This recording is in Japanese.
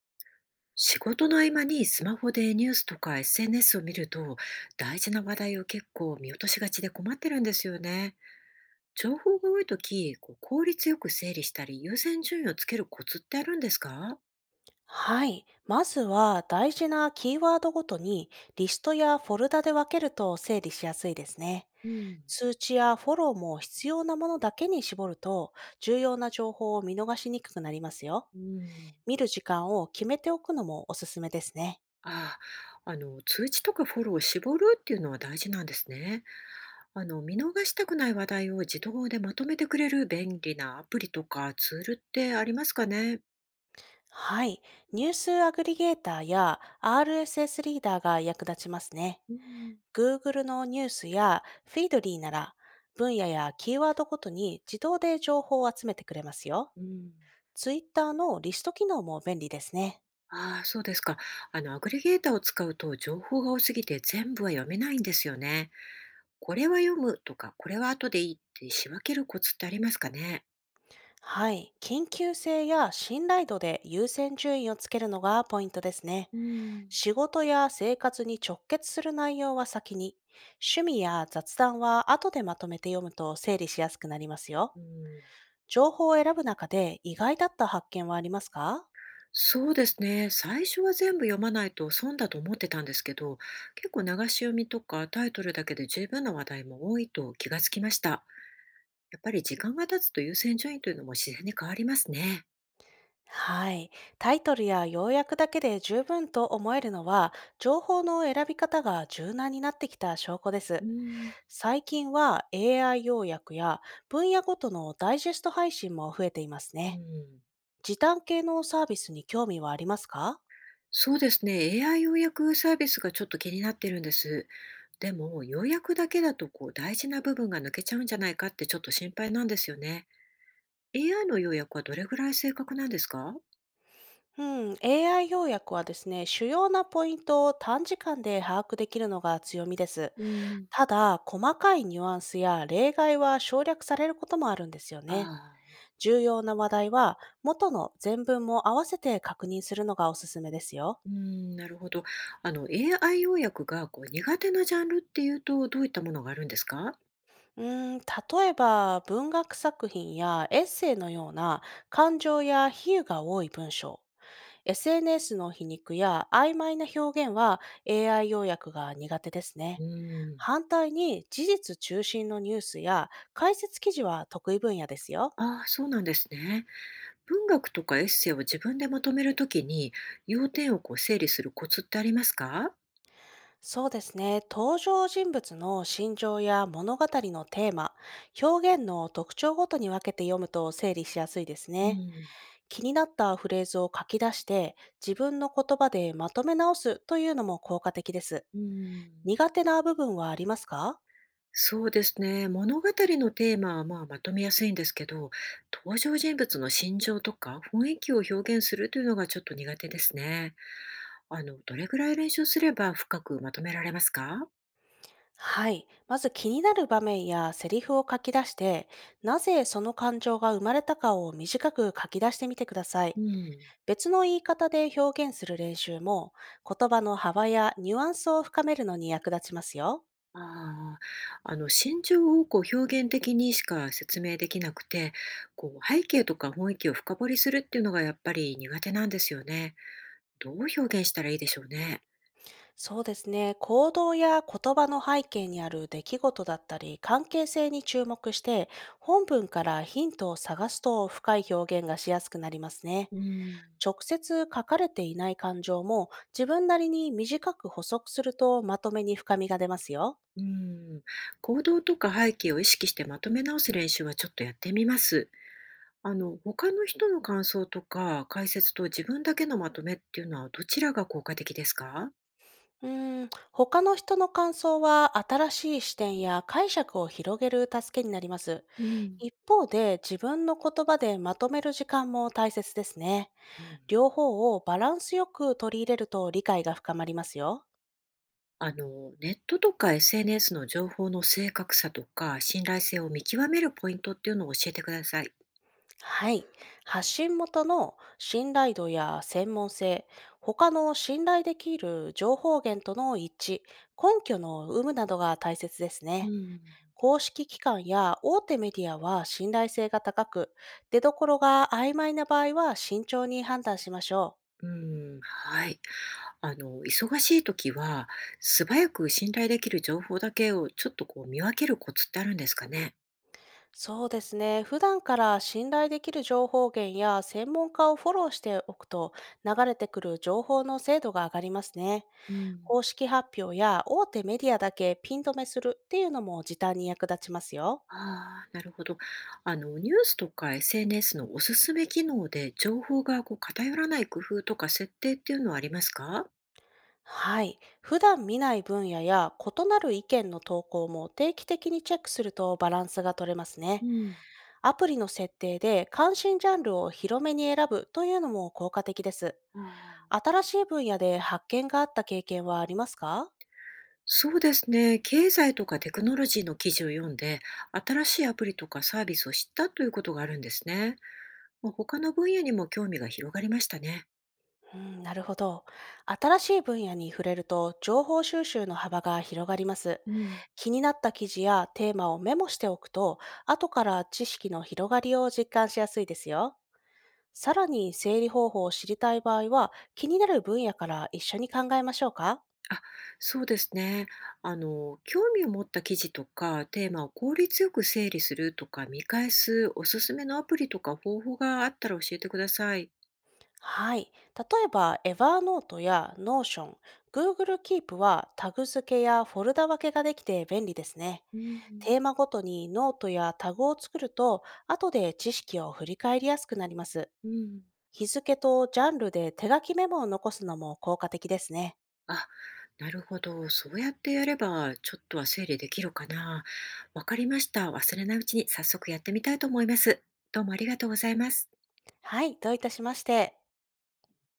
仕事の合間にスマホでニュースとか SNS を見ると大事な話題を結構見落としがちで困ってるんですよね。情報が多い時こう効率よく整理したり優先順位をつけるコツってあるんですか？はい。まずは大事なキーワードごとに、リストやフォルダで分けると整理しやすいですね。うん、通知やフォローも必要なものだけに絞ると、重要な情報を見逃しにくくなりますよ。うん、見る時間を決めておくのもおすすめですね。ああ、あの通知とかフォローを絞るっていうのは大事なんですね。あの、見逃したくない話題を自動でまとめてくれる便利なアプリとかツールってありますかね？はい。ニュースアグリゲーターや RSS リーダーが役立ちますね。うん。Google のニュースやフィードリーなら、分野やキーワードごとに自動で情報を集めてくれますよ。うん。ツイッターのリスト機能も便利ですね。ああ、そうですか。あの、アグリゲーターを使うと情報が多すぎて全部は読めないんですよね。これは読むとか、これは後でいいって仕分けるコツってありますかね。はい。緊急性や信頼度で優先順位をつけるのがポイントですね。うん、仕事や生活に直結する内容は先に、趣味や雑談は後でまとめて読むと整理しやすくなりますよ。うん、情報を選ぶ中で意外だった発見はありますか？そうですね。最初は全部読まないと損だと思ってたんですけど、結構流し読みとかタイトルだけで十分な話題も多いと気がつきました。やっぱり時間が経つと優先順位というのも自然に変わりますね。はい。タイトルや要約だけで十分と思えるのは、情報の選び方が柔軟になってきた証拠です。うん、最近は AI 要約や分野ごとのダイジェスト配信も増えていますうね。ん、時短系のサービスに興味はありますか？そうですね。AI 要約サービスがちょっと気になってるんです。でも、要約だけだとこう大事な部分が抜けちゃうんじゃないかってちょっと心配なんですよね。AI の要約はどれぐらい正確なんですか？うん、AI 要約はですね、主要なポイントを短時間で把握できるのが強みです。うん、ただ、細かいニュアンスや例外は省略されることもあるんですよあね。あ、重要な話題は元の全文も合わせて確認するのがおすすめですよ。うん、なるほど。あの、AI 要約がこう苦手なジャンルっていうと、どういったものがあるんですか？例えば文学作品やエッセイのような感情や比喩が多い文章、SNS の皮肉や曖昧な表現は AI 要約が苦手ですうね。ん。反対に事実中心のニュースや解説記事は得意分野ですよ。ああ、そうなんですね。文学とかエッセイを自分でまとめるときに、要点をこう整理するコツってありますか？そうですね。登場人物の心情や物語のテーマ、表現の特徴ごとに分けて読むと整理しやすいですうね。ん。気になったフレーズを書き出して、自分の言葉でまとめ直すというのも効果的です。うん。苦手な部分はありますか？そうですね。物語のテーマはまあまとめやすいんですけど、登場人物の心情とか雰囲気を表現するというのがちょっと苦手ですね。あの、どれぐらい練習すれば深くまとめられますか？はい。まず気になる場面やセリフを書き出して、なぜその感情が生まれたかを短く書き出してみてください。うん。別の言い方で表現する練習も、言葉の幅やニュアンスを深めるのに役立ちますよ。ああ、あの、心情をこう表現的にしか説明できなくて、こう背景とか雰囲気を深掘りするっていうのがやっぱり苦手なんですよね。どう表現したらいいでしょうね。そうですね。行動や言葉の背景にある出来事だったり、関係性に注目して、本文からヒントを探すと深い表現がしやすくなりますね。うん。直接書かれていない感情も自分なりに短く補足するとまとめに深みが出ますよ。うん、行動とか背景を意識してまとめ直す練習はちょっとやってみます。あの、他の人の感想とか解説と自分だけのまとめっていうのはどちらが効果的ですか？他の人の感想は新しい視点や解釈を広げる助けになります。うん、一方で自分の言葉でまとめる時間も大切ですね。うん。両方をバランスよく取り入れると理解が深まりますよ。あの、ネットとか SNS の情報の正確さとか信頼性を見極めるポイントっていうのを教えてください。はい。発信元の信頼度や専門性、他の信頼できる情報源との一致、根拠の有無などが大切ですうね。ん、公式機関や大手メディアは信頼性が高く、出どころが曖昧な場合は慎重に判断しましょう。うん、はい。あの、忙しい時は素早く信頼できる情報だけをちょっとこう見分けるコツってあるんですかね？そうですね。普段から信頼できる情報源や専門家をフォローしておくと、流れてくる情報の精度が上がりますね。うん。公式発表や大手メディアだけピン止めするっていうのも時短に役立ちますよ。ああ、なるほど。あの、ニュースとか SNS のおすすめ機能で情報がこう偏らない工夫とか設定っていうのはありますか？はい。普段見ない分野や異なる意見の投稿も定期的にチェックするとバランスが取れますうね。ん、アプリの設定で関心ジャンルを広めに選ぶというのも効果的です。ああ、新しい分野で発見があった経験はありますか？そうですね。経済とかテクノロジーの記事を読んで、新しいアプリとかサービスを知ったということがあるんですね。まあ、他の分野にも興味が広がりましたね。うん、なるほど。新しい分野に触れると情報収集の幅が広がります。うん。気になった記事やテーマをメモしておくと、後から知識の広がりを実感しやすいですよ。さらに整理方法を知りたい場合は、気になる分野から一緒に考えましょうか。あ、そうですね。あの、興味を持った記事とかテーマを効率よく整理するとか見返すおすすめのアプリとか方法があったら教えてください。はい。例えば、エヴァーノートやノーション、 Google Keep はタグ付けやフォルダ分けができて便利ですね。うん、テーマごとにノートやタグを作ると、後で知識を振り返りやすくなります。うん、日付とジャンルで手書きメモを残すのも効果的ですね。あ、なるほど。そうやってやればちょっとは整理できるかな。わかりました。忘れないうちに早速やってみたいと思います。どうもありがとうございます。はい、どういたしまして。